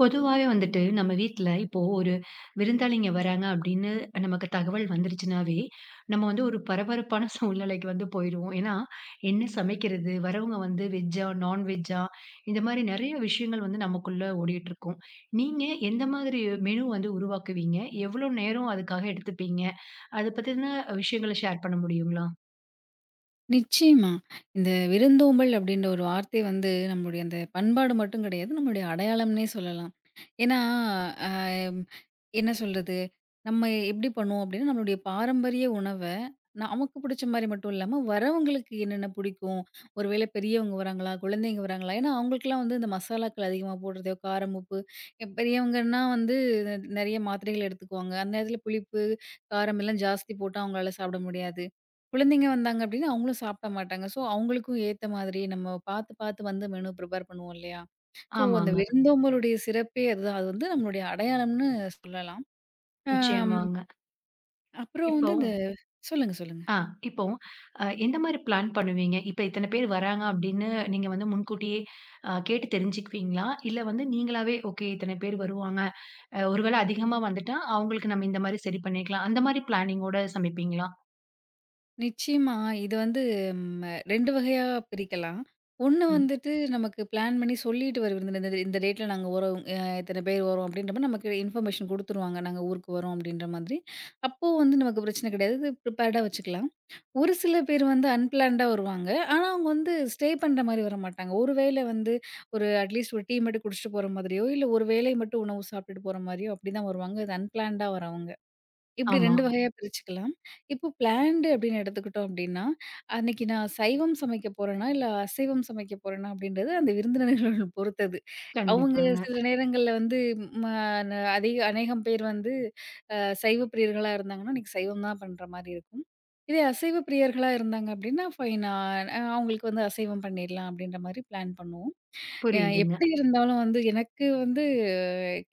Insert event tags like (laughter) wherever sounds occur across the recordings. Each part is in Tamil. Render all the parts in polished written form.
பொதுவாவே வந்துட்டு நம்ம வீட்ல இப்போ ஒரு விருந்தாளிங்க வராங்க அப்படின்னு நமக்கு தகவல் வந்துருச்சுனாவே, நம்ம வந்து ஒரு பரபரப்பான சூழ்நிலைக்கு வந்து போயிருவோம். ஏன்னா, என்ன சமைக்கிறது? வரவங்க வந்து வெஜ்ஜா? நான்வெஜ்ஜா? இந்த மாரி நெறைய விஷயங்கள் வந்து நமக்குள்ள ஓடிட்டுருக்கும். நீங்க எந்த மாதிரி மெனு வந்து உருவாக்குவீங்க? எவ்வளோ நேரம் அதுக்காக எடுத்துப்பீங்க? அத பத்தின விஷயங்கள ஷேர் பண்ண முடியுங்களா? நிச்சயமா. இந்த விருந்தோம்பல் அப்படின்ற ஒரு வார்த்தை வந்து நம்முடைய அந்த பண்பாடு மட்டும் கிடையாது. நம்முடைய அடையாளம்னே சொல்லலாம். ஏன்னா, அ என்ன சொல்றது? நம்ம எப்படி பண்ணுவோம் அப்படின்னா, நம்மளுடைய பாரம்பரிய உணவ நமக்கு பிடிச்ச மாரி மட்டும் இல்லாம, வரவங்களுக்கு என்னென்ன பிடிக்கும்? ஒருவேளை பெரியவங்க வராங்களா? குழந்தைங்க வராங்களா? ஏன்னா, அவங்களுக்கெல்லாம் வந்து இந்த மசாலாக்கள் அதிகமா போடுறது, காரம், உப்பு. பெரியவங்கன்னா வந்து நெறைய மாத்திரைகள் எடுத்துக்குவாங்க. அந்த நேரத்தில புளிப்பு, காரம் எல்லாம் ஜாஸ்தி போட்டா அவங்களால சாப்பிட முடியாது. குழந்தைங்க வந்தாங்க அப்டின்னா, அவங்களும் சாப்பிட மாட்டாங்க. ஸோ, அவங்களுக்கும் ஏத்த மாதிரி நம்ம பார்த்து, பார்த்து வந்து மெனு ப்ரிப்பேர் பண்ணுவோம் இல்லையா? ஸோ, அந்த ஆமாங்க. விருந்தோம்பலுடைய சிறப்பே அதுதான். அது வந்து நம்மளுடைய அடையாளம்னு சொல்லலாம். அம் நிச்சயமாங்க. அப்புறம் இப்போ வந்து இந்த சொல்லுங்க, சொல்லுங்க. ஆ. இப்போ எந்த மாரி பிளான் பண்ணுவீங்க? இப்ப இத்தன பேர் வராங்க அப்படின்னு நீங்க வந்து முன்கூட்டியே கேட்டு தெரிஞ்சுக்குவீங்களா? இல்ல வந்து நீங்களாவே ஓகே இத்தன பேர் வருவாங்க. ஒருவேளை அதிகமா வந்துட்டா, அவங்களுக்கு நம்ம இந்த மாரி சரி பண்ணிக்கலாம். அந்த மாரி பிளானிங்கோட சமைப்பீங்களா? நிச்சயமா. இது வந்து 2 வகையா பிரிக்கலாம். ஒண்ணு ம். வந்துட்டு நமக்கு பிளான் பண்ணி சொல்லிட்டு வர விருந்தினர் இந்த டேட்ல நாங்க வரோம். இத்தன பேர் வரோம் அப்டின்ற மாரி நமக்கு இன்ஃபர்மேஷன் குடுத்துருவாங்க. நாங்க ஊருக்கு வரோம் அப்டின்ற மாதிரி. அப்போ வந்து நமக்கு பிரச்சனை கிடையாது. ப்ரிப்பேர்டா வச்சுக்கலாம். ஒரு சில பேர் வந்து அன்பிளான்டா வருவாங்க. ஆனா, அவங்க வந்து ஸ்டே பண்ற மாரி வரமாட்டாங்க. ஒரு வேளை வந்து ஒரு அட்லீஸ்ட் ஒரு டீ மட்டும் குடிச்சுட்டு போற மாதிரியோ, இல்ல ஒரு வேளை மட்டும் உணவு சாப்பிட்டுட்டு போற மாரியோ, அப்படிதான் வருவாங்க. அது அன்பிளான்டா வரவங்க. இப்படி ஆமா. 2 வகையா பிரிச்சுக்கலாம். இப்போ பிளான்டு அப்படின்னு எடுத்துக்கிட்டோம் அப்படின்னா, அன்னைக்கு நான் சைவம் சமைக்க போறேனா, இல்ல அசைவம் சமைக்க போறேனா அப்படின்றது அந்த விருந்தினர்கள் (laughs) பொறுத்தது. அவங்க கண்டிப்பாங்க. சில நேரங்கள்ல வந்து ம அதிக அநேகம் பேர் வந்து அ சைவ பிரியர்களா இருந்தாங்கன்னா, இன்னைக்கு சைவம் தான் பண்ற மாரி இருக்கும். இதே அசைவ பிரியர்களா இருந்தாங்க அப்படின்னா, ஃபைன். அவங்களுக்கு வந்து அசைவம் பண்ணிடலாம் அப்படின்ற மாரி பிளான் பண்ணுவோம். எ புரியுதுங்க. எப்படி இருந்தாலும் வந்து எனக்கு வந்து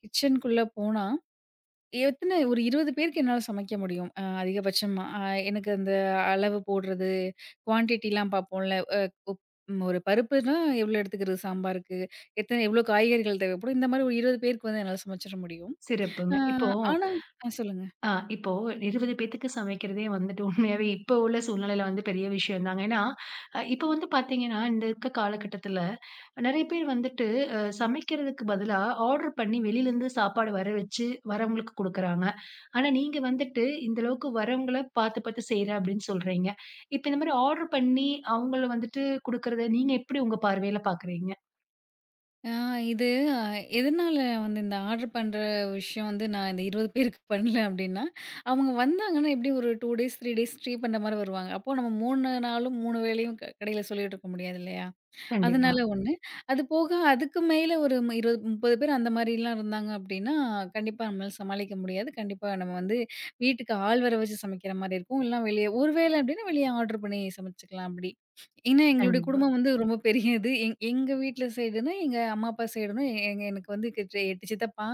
கிச்சனுக்குள்ள போனா எத்தன ஒரு 20 பேருக்கு என்னால சமைக்க முடியும். அதிகபட்சமா. எனக்கு அந்த அளவு போடுறது, குவான்டிட்டிலாம் பார்ப்போம்ல. அ உப் ம் ஒரு பருப்புனா எவ்ளோ எடுத்துக்கிறது சாம்பாருக்கு? எத்தன எவ்ளோ காய்கறிகள் தேவைப்படும்? இந்த மாரி ஒரு 20 பேருக்கு வந்து என்னால சமைச்சிட முடியும். சிறப்புங்க. அ இப்போ ஆனா, சொல்லுங்க. இப்போ 20 பேத்துக்கு சமைக்கிறதே வந்துட்டு உண்மையாவே இப்ப உள்ள சூழ்நிலையில வந்து பெரிய விஷயம் தாங்க. ஏன்னா, இப்ப வந்து பாத்தீங்கன்னா, இந்த இருக்க காலகட்டத்துல நெறைய பேர் வந்துட்டு சமைக்கிறதுக்கு பதிலா ஆர்டர் பண்ணி வெளிலருந்து சாப்பாடு வர வச்சு வரவங்களுக்கு குடுக்குறாங்க. ஆனா நீங்க வந்துட்டு இந்த அளவுக்கு வரவங்கள பாத்து, பாத்து செய்றேன் அப்டின்னு சொல்றீங்க. இப்ப இந்த மாரி ஆர்டர் பண்ணி அவங்கள வந்துட்டு குடுக்குறத நீங்க எப்படி உங்க பார்வையில பாக்குறீங்க? அ இது எதனால வந்து இந்த ஆர்டர் பண்ற விஷயம் வந்து நான் இந்த 20 பேருக்கு (laughs) பண்ணல அப்டின்னா, அவங்க வந்தாங்கன்னா எப்படியும் ஒரு 2 டேஸ், 3 டேஸ் ஸ்டே பண்ற மாரி வருவாங்க. அப்போ நம்ம 3 நாளும் 3 வேளையும் கடையில சொல்லிட்டு இருக்க முடியாது இல்லையா? கண்டிப்பா, அதனால 1. அது போக அதுக்கு மேல ஒரு 20, 30 பேர் அந்த மாரிலாம் இருந்தாங்க அப்டின்னா, கண்டிப்பா நம்மளால சமாளிக்க முடியாது. கண்டிப்பா நம்ம வந்து வீட்டுக்கு ஆள் வர வச்சு சமைக்கிற மாரி இருக்கும். இல்லனா வெளிய ஒரு வேளை அப்டின்னா வெளிய ஆர்டர் பண்ணி சமைச்சுக்கலாம் அப்டி. ஏன்னா எங்களுடைய கண்டிப்பா. குடும்பம் வந்து ரொம்ப பெரியது. எங்க வீட்ல சைடுனா, எங்க அம்மா, அப்பா சைடுனா எனக்கு வந்து கிட்ட 8 சித்தப்பா,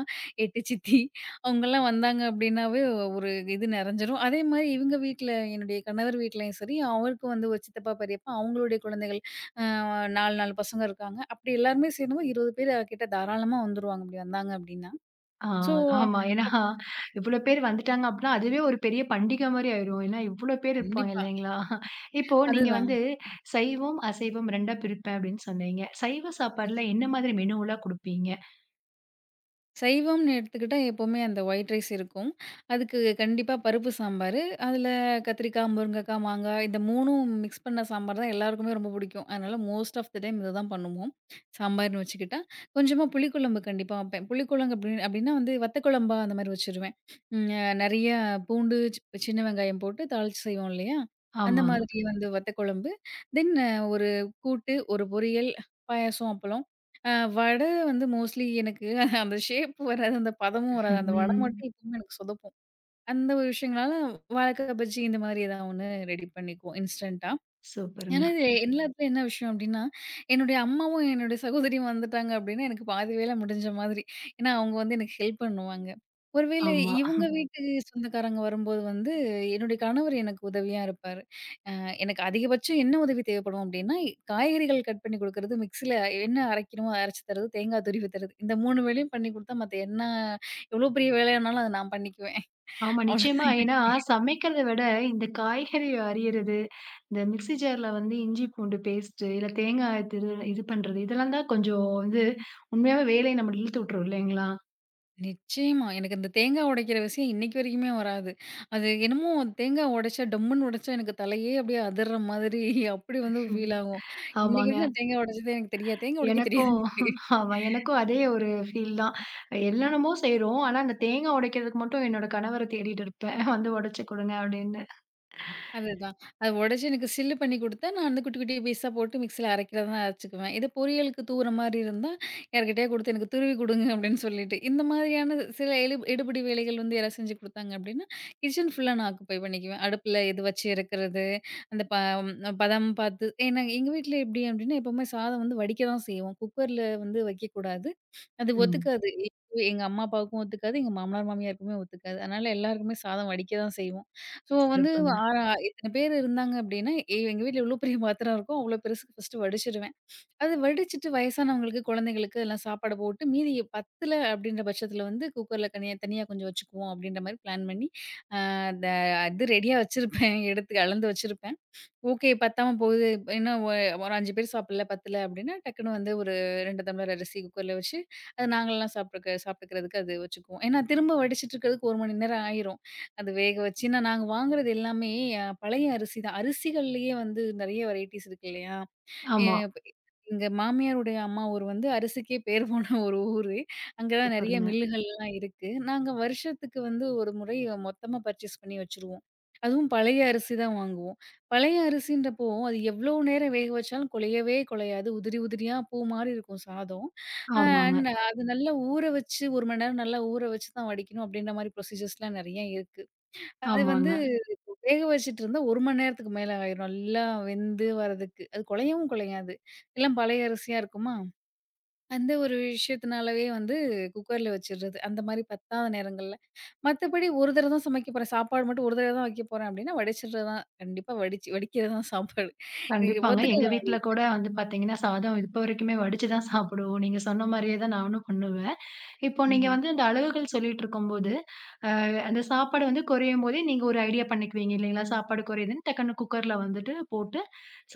8 சித்தி அவங்கலாம் வந்தாங்க அப்டின்னாவே ஒரு இது நெறஞ்சிரும். அதே மாரி இவங்க வீட்ல என்னுடைய கணவர் வீட்லயும் சரி, அவருக்கு வந்து ஒரு சித்தப்பா, பெரியப்பா அவங்களுடைய குழந்தைகள் 4 பசங்க இருக்காங்க. அப்படி எல்லாருமே சேர்ந்தவங்க 20 பேர் கிட்ட தாராளமா வந்துருவாங்க. அப்படி வந்தாங்க அப்படின்னா. ஆ ஸோ ஆமா. ஏன்னா இவ்ளோ பேர் வந்துட்டாங்க அப்டின்னா, அதுவே ஒரு பெரிய பண்டிகை மாரி ஆயிரும். ஏன்னா இவ்ளோ பேர் இருப்பாங்க கண்டிப்பா. இல்லைங்களா? இப்போ நீங்க அதுதான். வந்து "சைவம், அசைவம் 2ஆ பிரிப்பேன்" அப்டின்னு சொன்னீங்க. சைவ சாப்பாடுல என்ன மாதிரி மெனுவெல்லாம் குடுப்பீங்க? சைவம்னு எடுத்துக்கிட்டா எப்பவுமே அந்த ஒயிட் ரைஸ் இருக்கும். அதுக்கு கண்டிப்பா பருப்பு சாம்பாரு. அதுல கத்திரிக்காய், முருங்கக்காய், மாங்காய் இந்த 3ம் மிக்ஸ் பண்ண சாம்பார் தான் எல்லாருக்குமே ரொம்ப பிடிக்கும். அதனால மோஸ்ட் ஆஃப் த டைம் இத தான் பண்ணுவோம். சாம்பார்ன்னு வச்சுக்கிட்டா. கொஞ்சமா புளிக்குழம்பு கண்டிப்பா வைப்பேன். புளிக்குழம்பு அப்படி அப்படின்னா வந்து வத்த குழம்பா அந்த மாரி வச்சுருவேன். ம் அ நெறைய பூண்டு, சின்ன வெங்காயம் போட்டு தாளிச்சு செய்வோம் இல்லையா? அந்த ஆமாங்க. மாதிரி வந்து வத்த குழம்பு. தென் ஒரு கூட்டு, ஒரு பொரியல், பாயாசம், அப்பளம். வடை வந்து மோஸ்ட்லி எனக்கு அந்த ஷேப் வராது. அந்த பதமும் வராது. அந்த வடை ம். மட்டும் எப்பவுமே எனக்கு சொதப்பும். அந்த ஒரு விஷயங்களால வாழக்கா பஜ்ஜி இந்த மாதிரி ஏதாவது ஒண்ணு ரெடி பண்ணிக்குவோம் இன்ஸ்டன்ட்டா. சூப்பருங்க. ஏன்னா இது எல்லாத்துலயும் என்ன விஷயம் அப்டின்னா, என்னுடைய அம்மாவும், என்னுடைய சகோதரியும் வந்துட்டாங்க அப்டின்னா, எனக்கு பாதி வேல முடிஞ்ச மாதிரி. ஏன்னா அவங்க வந்து எனக்கு ஹெல்ப் பண்ணுவாங்க. ஒருவேளை ஆமா. இவங்க வீட்டு சொந்தக்காரங்க வரும்போது வந்து, என்னுடைய கணவர் எனக்கு உதவியா இருப்பாரு. எனக்கு அதிகபட்சம் என்ன உதவி தேவைப்படும் அப்டின்னா, காய்கறிகள் கட் பண்ணி குடுக்குறது, மிக்ஸில என்ன அரைக்கணுமோ அரைச்சு தர்றது, தேங்காய் துருவி தர்றது. இந்த 3 வேலையும் பண்ணி குடுத்தா மத்த என்ன எவ்ளோ பெரிய வேலையானாலும் அத நான் பண்ணிக்குவேன். ஆமா, (laughs) நிச்சயமா. அவ்வளோதான் ஏன்னா, எனக்கு. சமைக்கிறத விட இந்த காய்கறி அரியறது, இந்த மிக்ஸி ஜார்ல வந்து இஞ்சி பூண்டு பேஸ்ட்டு, இல்ல தேங்காய் இது பண்றது, இதெல்லாம் தான் கொஞ்சம் வந்து உண்மையாவே வேலைய நம்மள இழுத்து விட்டுரும் இல்லைங்களா? நிச்சயமா. எனக்கு இந்த தேங்காய் உடைக்கிற விஷயம் இன்னைக்கு வரைக்குமே வராது. அது என்னமோ தேங்காய் உடைச்சா டம்முன்னு உடைச்சா எனக்கு தலையே அப்டியே அதிர்ற மாதிரி அப்டி வந்து ம். ஃபீல் ஆகும். இன்னைக்கு ஆமாங்க. வரைக்கும் நான் தேங்காய் உடைச்சதே எனக்கு தெரியாது. தேங்காய் உடைக்க தெரியாது எனக்கும் எனக்கு. ஆமா, எனக்கும் அதே ஒரு ஃபீல் தான். என்னென்னமோ செய்றோம். ஆனா, அந்த தேங்காய் உடைக்கிறதுக்கு மட்டும் என்னோட கணவர தேடிட்டு இருப்பேன். (laughs) வந்து உடைச்சு குடுங்க அப்படின்னு. அதுதான். அது உடைச்சு எனக்கு சில்லு பண்ணி குடுத்தா, நான் வந்து குட்டி, குட்டி பீஸா போட்டு மிக்ஸில அரைக்கிறதா தான் அரைச்சுக்குவேன். இதே பொரியலுக்கு தூவுற மாரி இருந்தா, யார்கிட்டயா குடுத்து எனக்கு துருவி குடுங்க அப்படின்னு சொல்லிட்டு. இந்த மாதிரியான சில எடுபிடி வேலைகள் வந்து யாராவது செஞ்சு குடுத்தாங்க அப்படின்னா, கிச்சன் ஃபுல்லா நான் ஆக்குபை பண்ணிக்குவேன். அடுப்புல எது வச்சு இறக்குறது, அந்த பதம் பார்த்து. ஏன்னா எங்க வீட்ல எப்படி அப்படின்னா, எப்பவுமே சாதம் வந்து வடிக்க தான் செய்வோம். குக்கர்ல வந்து வைக்கக்கூடாது. அது ம். ஒத்துக்காது. எங்க அம்மா, அப்பாவுக்கும் ஒத்துக்காது. எங்க மாமனார், மாமியாருக்குமே ஒத்துக்காது. அதனால எல்லாருக்குமே சாதம் வடிக்க தான் செய்வோம். ஸோ வந்து சிறப்புங்க. ஆ இத்தன பேர் இருந்தாங்க அப்டின்னா, எங்க வீட்ல இவ்ளோ பெரிய பாத்திரம் இருக்கும். அவ்ளோ பெருசுக்கு ஃபர்ஸ்ட்டு வடிச்சுடுவேன். அது வடிச்சுட்டு வயசானவங்களுக்கு, குழந்தைகளுக்கு எல்லாம் சாப்பாடு போட்டு, மீதி பத்தல அப்டின்ற பட்சத்துல வந்து குக்கர்ல தனியா தனியா கொஞ்சம் வச்சுக்குவோம் அப்டின்ற மாரி பிளான் பண்ணி, அ த இது ரெடியா வச்சிருப்பேன். எடுத்து அளந்து வச்சிருப்பேன். ஓகே. பத்தாம போகுது. ஏன்னா ஒரு 5 பேர் சாப்பிடல, பத்தல அப்டின்னா, டக்குனு வந்து ஒரு 2 டம்ளர் அரிசி குக்கர்ல வச்சு, அது நாங்கலாம் சாப்ட்டுக்க சாப்ட்டுக்கிறதுக்கு அது வச்சுக்குவோம். ஏன்னா திரும்ப வடிச்சிட்டு இருக்கிறதுக்கு 1 மணி நேரம் ஆயிரும். அது வேக வச்சு. ஏன்னா நாங்க வாங்குறது எல்லாமே பழைய அரிசி தான். அரிசிகள்லேயே வந்து நெறைய வெரைட்டிஸ் இருக்கு இல்லையா? எ ஆமா. ப் எங்க மாமியாருடைய அம்மா ஊர் வந்து அரிசிக்கே பேர் போன (laughs) ஒரு ஊரு. அங்க தான் நெறைய சூப்பருங்க. மில்லுகள்லாம் இருக்கு. நாங்க வருஷத்துக்கு வந்து ஒரு முறை மொத்தமா பர்ச்சேஸ் பண்ணி வச்சுருவோம். அதுவும் பழைய அரிசி தான் வாங்குவோம். பழைய அரிசின்றப்போ, அது எவ்ளோ நேரம் வேக வச்சாலும் குழையவே குழையாது. உதிரி உதிரியா பூ மாரி இருக்கும் சாதம். அ ஆமாங்க, அண்ட் அது நல்லா ஊற வச்சு 1 மணி நேரம் நல்லா ஊற வச்சு தான் வடிக்கணும் அப்டின்ற மாரி ப்ரொசீஜர்ஸ்லாம் நெறைய இருக்கு. அது வந்து ஆமாங்க. வேக வச்சுட்டு இருந்தா 1 மணி நேரத்துக்கு மேல ஆயிரும். நல்லா வெந்து வரதுக்கு. அது குழையவும் குழையாது. எல்லாம் பழைய அரிசியா இருக்குமா? அந்த ஒரு விஷயத்தினாலவே வந்து குக்கர்ல வச்சுடுறது. அந்த மாரி பத்தாத நேரங்கள்ல. மத்தபடி ஒரு தடவ தான் சமைக்க போறேன். சாப்பாடு மட்டும் ஒரு தடவ தான் வைக்க போறேன் அப்படின்னா, வடிச்சிடுறது தான். கண்டிப்பா வடிச்சு வடிக்கிறது தான் சாப்பாடு. இது கண்டிப்பாங்க. ஒத்துக்க எங்க வீட்ல கூட வந்து பார்த்தீங்கன்னா, சாதம் இப்ப வரைக்குமே வடிச்சு தான் சாப்பிடுவோம். நீங்க சொன்ன மாரியே தான் நானும் பண்ணுவேன். இப்போ நீங்க ம்ஹ்ம். வந்து அந்த அளவுகள் சொல்லிட்டு இருக்கும்போது, அ அந்த சாப்பாடு வந்து குறையும்போதே நீங்க ஒரு ஐடியா பண்ணிக்குவீங்க இல்லைங்களா? சாப்பாடு குறையுதுன்னு டக்குனு குக்கர்ல வந்துட்டு போட்டு,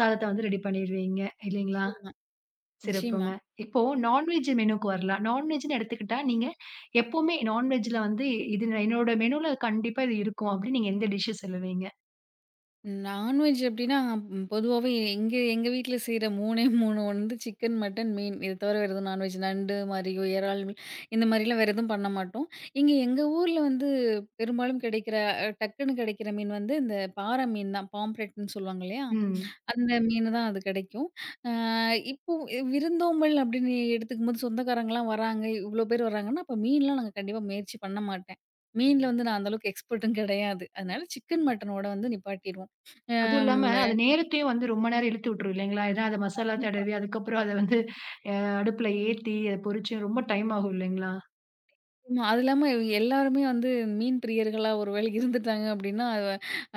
சாதத்த வந்து ரெடி பண்ணிருவீங்க இல்லைங்களா? நிச்சயமா, நிச்சயமா. சிறப்புங்க. இப்போ நான்வெஜ் மெனுக்கு வரலாம். நான்வெஜ்ன்னு எடுத்துக்கிட்டா, நீங்க எப்பவுமே நான்வெஜ்ல வந்து இது என்னோட மெனுல கண்டிப்பா இது இருக்கும் அப்படின்னு நீங்க எந்த டிஷ் சொல்லுவீங்க? நான்வெஜ் அப்படின்னா பொதுவாவே எங்க எங்க வீட்ல செய்ற 3ஏ 3 வந்து சிக்கன், மட்டன், மீன். இத தவிர வேற எதுவும் நான்வெஜ் நண்டு மாரியோ, இறால் மீன் இந்த மாரிலாம் வேற எதுவும் பண்ண மாட்டோம். இங்க எங்க ஊர்ல வந்து பெரும்பாலும் கிடைக்கிற டக்குன்னு கிடைக்கிற மீன் வந்து இந்த பாறை மீன் தான். பாம்ப்ரெட்ன்னு சொல்லுவாங்க இல்லையா? ம். அந்த மீனு தான் அது கிடைக்கும். அ இப்போ விருந்தோம்பல் அப்படின்னு எடுத்துக்கும்போது சொந்தக்காரங்கலாம் வராங்க, இவ்ளோ பேர் வராங்கன்னா, அப்ப மீன்லாம் நாங்க கண்டிப்பா முயற்சி பண்ண மாட்டேன். மீன்ல வந்து நான் அந்த அளவுக்கு எக்ஸ்பர்ட்டும் கிடையாது. அதனால சிக்கன், மட்டனோட வந்து நிப்பாட்டிருவோம். அதுவும் இல்லாம, அது அம் நேரத்தையும் வந்து ரொம்ப நேரம் இழுத்து விட்டுரும் இல்லைங்களா? ஏன்னா அத மசாலா கண்டிப்பா. தடவி, அதுக்கப்புறம் அத வந்து அ அடுப்புல ஏத்தி, அத பொரிச்சு ரொம்ப டைம் ஆகும் இல்லைங்களா? ஆமா. அது இல்லாம எல்லாருமே வந்து மீன் பிரியர்களா ஒரு வேளை இருந்துட்டாங்க அப்படின்னா, அது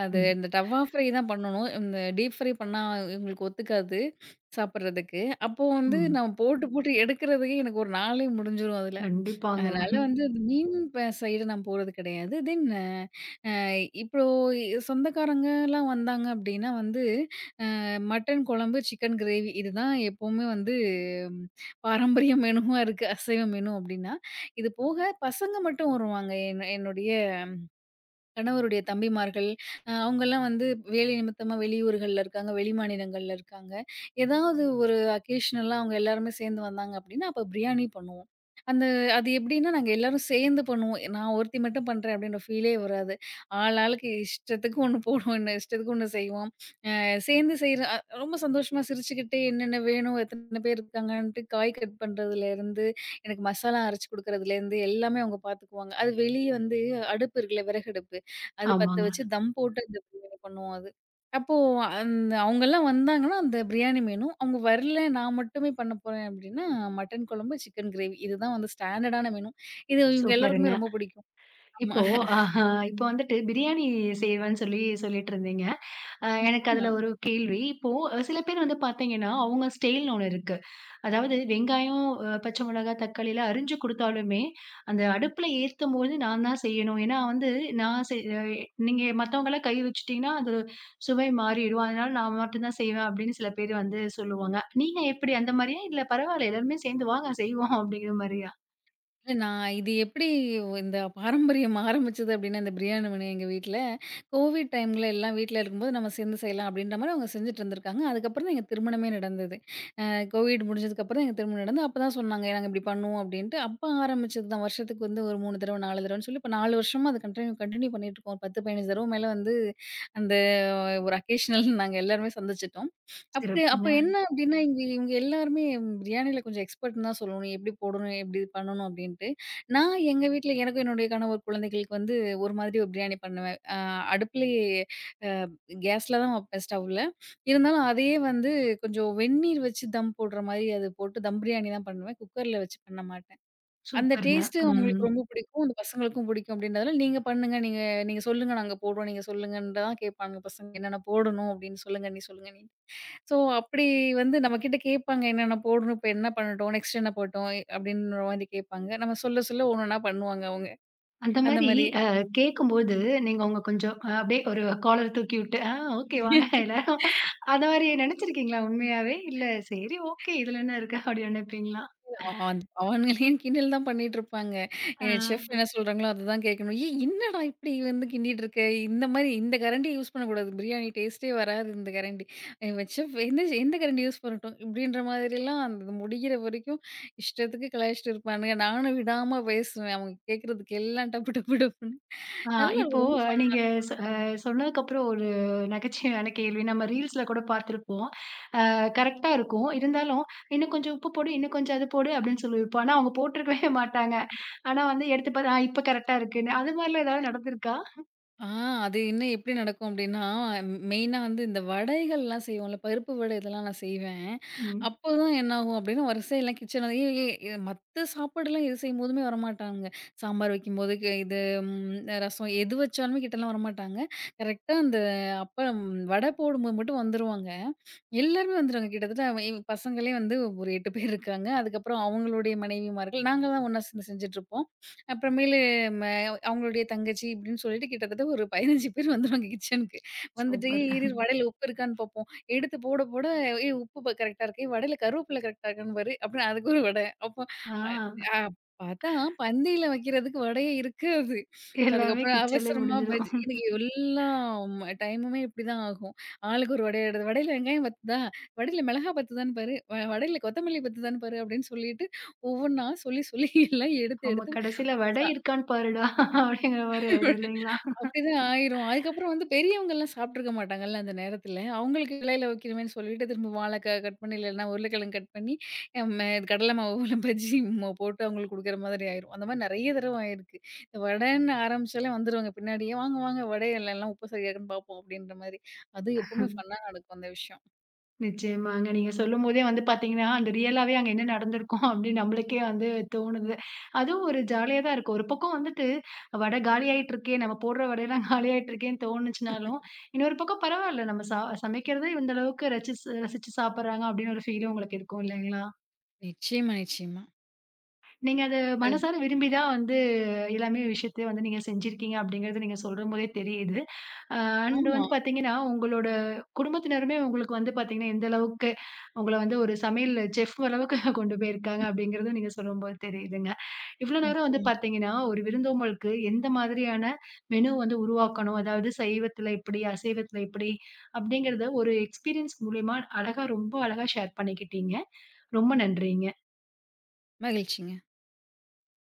அது ம், இந்த டவ்வா ஃப்ரை தான் பண்ணணும். இந்த டீப் ஃப்ரை பண்ணா இவங்களுக்கு ஒத்துக்காது சாப்பிடுறதுக்கு. அப்போ வந்து ம். நான் போட்டு போட்டு எடுக்கிறதுக்கே எனக்கு ஒரு நாளே முடிஞ்சிரும் அதுல. கண்டிப்பாங்க. அதனால வந்து அந்த மீம் ப சைடு நான் போறது கிடையாது. தென் அ இப்போ சொந்தக்காரங்கலாம் வந்தாங்க அப்டின்னா வந்து, மட்டன் குழம்பு, சிக்கன் கிரேவி இதுதான் எப்பவுமே வந்து ம், பாரம்பரிய (laughs) மெனுவா இருக்கு. அசைவ மெனு அப்டின்னா, இது போக பசங்க மட்டும் வருவாங்க. என்னுடைய கணவருடைய தம்பிமார்கள், அவங்கலாம் வந்து வேலை நிமித்தமா வெளியூர்கள்ல இருக்காங்க, வெளிமாநிலங்கள்ல இருக்காங்க. ஏதாவது ஒரு அக்கேஷனலா அவங்க எல்லாருமே சேர்ந்து வந்தாங்க அப்டின்னா, அப்ப பிரியாணி பண்ணுவோம். அந்த அது எப்டின்னா, நாங்க எல்லாரும் சேர்ந்து பண்ணுவோம். நான் ஒருத்தி மட்டும் பண்றேன் அப்டின்ற ஃபீலே வராது. ஆள் ஆளுக்கு இஷ்டத்துக்கு ஒண்ணு போடுவோம், இன்னும் இஷ்டத்துக்கு ஒண்ணு செய்வோம். சேர்ந்து செய்ற ரொம்ப சந்தோஷமா சிரிச்சுக்கிட்டே என்னென்ன வேணும், எத்தன பேர் இருக்காங்கன்ட்டு காய் கட் பண்றதுலேருந்து, எனக்கு மசாலா அரைச்சு குடுக்குறதுலேருந்து எல்லாமே அவங்க பார்த்துக்குவாங்க. அது வெளிய வந்து அடுப்பு இருக்குல்ல, விறகடுப்பு. அது பத்த ஆமாங்க. வச்சு தம் போட்டு அந்த பிரியாணி பண்ணுவோம் அது. அப்போ அந்த அவங்கலாம் வந்தாங்கன்னா, அந்த பிரியாணி மெனு. அவங்க வரல, நான் மட்டுமே பண்ண போறேன் அப்டின்னா, மட்டன் குழம்பு, சிக்கன் கிரேவி. இதுதான் வந்து ஸ்டாண்டர்டான மெனு. இது இவங்க எல்லாருக்குமே சூப்பருங்க. ரொம்ப பிடிக்கும். ஆமா. இப்போ ஆஹா இப்போ வந்துட்டு பிரியாணி செய்வேன்னு சொல்லிட்டு இருந்தீங்க. அ எனக்கு நிச்சயமா. அதுல ஒரு கேள்வி. இப்போ சில பேர் வந்து பார்த்தீங்கன்னா, அவங்க ஸ்டைல்ன்னு ஒண்ணு இருக்கு. அதாவது வெங்காயம், பச்சை மிளகாய், தக்காளிலாம் அரிஞ்சு குடுத்தாலுமே, அந்த அடுப்புல ஏத்தும்போது நான் தான் செய்யணும். ஏன்னா வந்து நான் செய் அ நீங்க மத்தவங்கலாம் கை வச்சுட்டீங்கன்னா, அது சுவை மாறிடும். அதனால நான் மட்டும் தான் செய்வேன் அப்படின்னு சில பேர் வந்து சொல்லுவாங்க. நீங்க எப்படி அந்த மாரியா? இல்ல பரவால்ல எல்லாருமே சேர்ந்து வாங்க செய்வோம் அப்படிங்கிற மாரியா? இல்ல நான் இது எப்படி இந்த பாரம்பரியம் ஆரம்பிச்சது அப்படின்னா, இந்த பிரியாணி மணி எங்க வீட்ல, கோவிட் டைம்ல எல்லாம் வீட்ல இருக்கும்போது நம்ம சேர்ந்து செய்யலாம் அப்படின்ற மாரி அவங்க செஞ்சுட்டு இருந்திருக்காங்க. அதுக்கப்புறம் தான் எங்க திருமணமே நடந்தது. அ கோவிட் முடிஞ்சதுக்கப்புறம் தான் எங்க திருமணம் நடந்தது. அப்ப தான் சொன்னாங்க, நாங்க இப்படி பண்ணுவோம் அப்படின்ட்டு. அப்ப ஆரம்பிச்சது தான் வருஷத்துக்கு வந்து ஒரு 3 தடவ, 4 தடவன்னு சொல்லி, இப்ப 4 வருஷமா அது கன்டின்யூ கன்டின்யூ பண்ணிட்டு இருக்கோம். 10, 15 தடவ மேல வந்து அந்த ஒரு அக்கேஷனல் நாங்க எல்லாருமே சந்திச்சுட்டோம். அப்படி அப்ப சிறப்புங்க. என்ன அப்படின்னா, இங்க இவங்க எல்லாருமே பிரியாணில கொஞ்சம் எக்ஸ்பர்ட்ன்னு தான் சொல்லணும். எப்படி போடணும்? எப்படி இது பண்ணணும்? அப்படின்ட்டு. நான் எங்க வீட்ல எனக்கும் என்னுடைய கணவர் குழந்தைகளுக்கு வந்து ஒரு மாதிரி ஒரு பிரியாணி பண்ணுவேன். அடுப்புலயே கேஸ்ல தான் வைப்பேன் ஸ்டவ்ல. இருந்தாலும் அதையே வந்து கொஞ்சம் வெந்நீர் வச்சு தம் போடுற மாரி அது போட்டு தம் பிரியாணி தான் பண்ணுவேன். குக்கர்ல வச்சு பண்ண மாட்டேன். அந்த சூப்பருங்க. டேஸ்ட்டு ம். அவங்களுக்கு ரொம்ப பிடிக்கும். அந்த பசங்களுக்கும் பிடிக்கும் அப்படின்றதால, "நீங்க பண்ணுங்க. நீங்க நீங்க சொல்லுங்க. நாங்க போடுறோம். நீங்க சொல்லுங்கன்னு" தான் கேட்பாங்க பசங்க. "என்னென்ன போடணும்?" அப்படின்னு "சொல்லுங்க. நீ சொல்லுங்க. நீ ஸோ, அப்படி வந்து நம்மகிட்ட கேட்பாங்க. என்னென்ன போடணும்? இப்ப என்ன பண்ணட்டும்? நெக்ஸ்ட் என்ன போடட்டும்? அப்படின்ற மாதிரி கேட்பாங்க. நம்ம சொல்ல சொல்ல ஒன்னொன்னா பண்ணுவாங்க அவங்க. அந்த அந்த மாரி மாரி. அ கேட்கும்போது, நீங்க உங்க கொஞ்சம் அப்படியே ஒரு காலர் தூக்கி விட்டு, "ஆ ஓகே வாங்க எல்லாரும்" அந்த மாரி நெனச்சிருக்கீங்களா உண்மையாவே? இல்ல சரி ஓகே இதுல என்ன இருக்கு அப்படின்னு நெனைப்பீங்களா? அவன் அவனுங்களையும் கிண்டல் தான் பண்ணிட்டுருப்பாங்க. ஆ. செஃப் என்ன சொல்றாங்களோ, அதுதான் கேட்கணும். "ஏய் என்னடா இப்படி வந்து கிண்டிட்டு இருக்க? இந்த மாரி இந்த கரண்டிய யூஸ் பண்ணக்கூடாது. பிரியாணி டேஸ்ட்டே வராது இந்த கரண்டி. இவன் செஃப் எந்த எந்த கரண்டி யூஸ் பண்ணட்டும்?" இப்படின்ற மாதிரிலாம் அது முடிகிற வரைக்கும் இஷ்டத்துக்கு கலாய்ச்சிட்டு இருப்பானுங்க. நானும் விடாம பேசுவேன். அவங்க கேட்கறதுக்கு எல்லாம் டப்பு டப்பு டப்புன்னு. ஆ நல்லா இப்போ இருக்கும். ரொம்ப நீங்க ஃபன். சொ அ சொன்னதுக்கப்புறம் ஒரு நகைச்சுவையான கேள்வி. நம்ம ரீல்ஸ்ல கூட பார்த்துருப்போம். அ கரெக்ட்டா இருக்கும். இருந்தாலும், "இன்னும் கொஞ்சம் உப்பு போடு, இன்னும் கொஞ்சம் அது போடு" அப்படின்னு சொல்லியிருப்போம். ஆனா அவங்க போட்டிருக்கவே மாட்டாங்க. ஆனா வந்து எடுத்து பாத்தா, "ஆ இப்ப கரெக்ட்டா இருக்குன்னு." அது மாரிலாம் ஏதாவது நடந்திருக்கா? ஆ அது இன்னும் எப்படி நடக்கும் அப்படின்னா, மெயினா வந்து இந்த வடைகள்லாம் செய்வோம்ல, பருப்பு வடை இதெல்லாம் நான் செய்வேன். ம். அப்போதான் என்னாகும் அப்படின்னா, வரிசையெல்லாம் கிச்சன் ஏ ஏ ஏ மத்த சாப்பாடுலாம் எது செய்யும்போதுமே வரமாட்டாங்க. சாம்பார் வைக்கும்போது இது ரசம் எது வச்சாலுமே கிட்டலாம் வரமாட்டாங்க. கரெக்ட்டா அந்த அப்பம் வடை போடும்போது மட்டும் வந்துருவாங்க. எல்லாருமே வந்துருவாங்க. கிட்டத்தட்ட அவ இவ் பசங்களே வந்து ஒரு 8 பேர் இருக்காங்க. அதுக்கப்புறம் அவங்களுடைய மனைவிமார்கள், நாங்க தான் ஒண்ணா சேர்ந்து செஞ்சுட்ருப்போம். அப்புறமேலு ம அவங்களுடைய தங்கச்சி இப்படின்னு சொல்லிட்டு கிட்டத்தட்ட ஒரு 15 பேர் வந்துருவாங்க கிச்சனுக்கு. வந்துட்டு சூப்பர். "ஏய் இரு இரு வடையில உப்பு இருக்கான்னு பார்ப்போம். எடுத்து போட போட ஏய் உப்பு கரெக்ட்டா இருக்கு. ஏய் வடையில கருவேப்பில கரெக்ட்டா இருக்கான்னு பாரு." அப்புறம் அதுக்கு ஒரு வடை. அப்போ ஆ. அ அ பார்த்தா பந்தியில வைக்கிறதுக்கு வடையே இருக்காது. எல்லாமே அதுக்கப்புறம் கிச்சன்லயே அவசரமா பஜ்ஜி முடிஞ்சிரும். எனக்கு எல்லா டைமுமே இப்படிதான் ஆகும். ஆளுக்கு ஒரு வடைய எடுத்து "வடையில வெங்காயம் பத்துதா? வடையில மிளகா பத்துதான்னு பாரு. வடையில கொத்தமல்லி பத்துதான்னு பாரு." அப்படின்னு சொல்லிட்டு ஒவ்வொன்னா சொல்லி சொல்லி எல்லாம் எடுத்து ஆமா எடுத்து கடைசியில "வடை இருக்கான்னு பாருடா" அப்படிங்கிற மாரி ஆயிடும் இல்லைங்களா? அப்படிதான் ஆயிரும். அதுக்கப்புறம் வந்து பெரியவங்கலாம் சாப்பிட்டுருக்க மாட்டாங்கல்ல அந்த நேரத்துல. அவங்களுக்கு இலையில வைக்கணுமேன்னு சொல்லிட்டு திரும்ப வாழைக்காய் கட் பண்ணி, இல்லன்னா உருளைக்கிழங்கு கட் பண்ணி, அம் கடலை மாவுல பஜ்ஜி போட்டு அவங்களுக்கு குடுக்குற மாதிரி ஆயிரும். அந்த மாரி நெறைய தடவ ஆயிருக்கு. இந்த வடன்னு ஆரம்பிச்சாலே வந்துருவாங்க பின்னாடியே. "வாங்க, வாங்க வடை இல்ல, எல்லாம் உப்பு சரியா இருக்கான்னு பார்ப்போம்" அப்படின்ற மாரி. அது எப்பவுமே ஃபன்னா நடக்கும் அந்த விஷயம். நிச்சயமாங்க. நீங்க சொல்லும்போதே வந்து பார்த்தீங்கன்னா, அந்த ரியலாவே அங்க என்ன நடந்திருக்கும் அப்படின்னு நம்மளுக்கே வந்து தோணுது. அதுவும் ஒரு ஜாலியா தான் இருக்கும். ஒரு பக்கம் வந்துட்டு வடை காலியாயிட்டு இருக்கே, நம்ம போடுற வடையெல்லாம் காலியாயிட்டு இருக்கேன்னு தோணுச்சுனாலும், இன்னொரு பக்கம் பரவாயில்ல நம்ம சமைக்கிறதே இந்த அளவுக்கு ரசிச்சு ரசிச்சு சாப்பிடுறாங்க அப்படின்னு ஒரு ஃபீலும் உங்களுக்கு இருக்கும் இல்லைங்களா? நிச்சயமா, நிச்சயமா. நீங்க அத அது மனசார விரும்பி தான் வந்து எல்லாமே விஷயத்தையும் வந்து நீங்க செஞ்சிருக்கீங்க அப்படிங்கிறது நீங்க சொல்லும்போதே தெரியுது. அ அண்ட் ஆமா. வந்து பார்த்தீங்கன்னா, உங்களோட குடும்பத்தினருமே உங்களுக்கு வந்து பார்த்தீங்கன்னா, எந்த அளவுக்கு உங்கள வந்து ஒரு சமையல் செஃப் அளவுக்கு (laughs) கொண்டு போயிருக்காங்க அப்படிங்கிறது நீங்க சொல்லும்போது தெரியுதுங்க. இவ்வளோ நேரம் வந்து நிச்சயமா. பார்த்தீங்கன்னா, ஒரு விருந்தோம்பலுக்கு எந்த மாதிரியான மெனு வந்து உருவாக்கணும், அதாவது சைவத்தில இப்படி, அசைவத்தில இப்படி அப்படிங்கிறத ஒரு எக்ஸ்பீரியன்ஸ் மூலியமா அழகா ரொம்ப அழகா ஷேர் பண்ணிக்கிட்டீங்க. ரொம்ப நன்றிங்க. மகிழ்ச்சிங்க.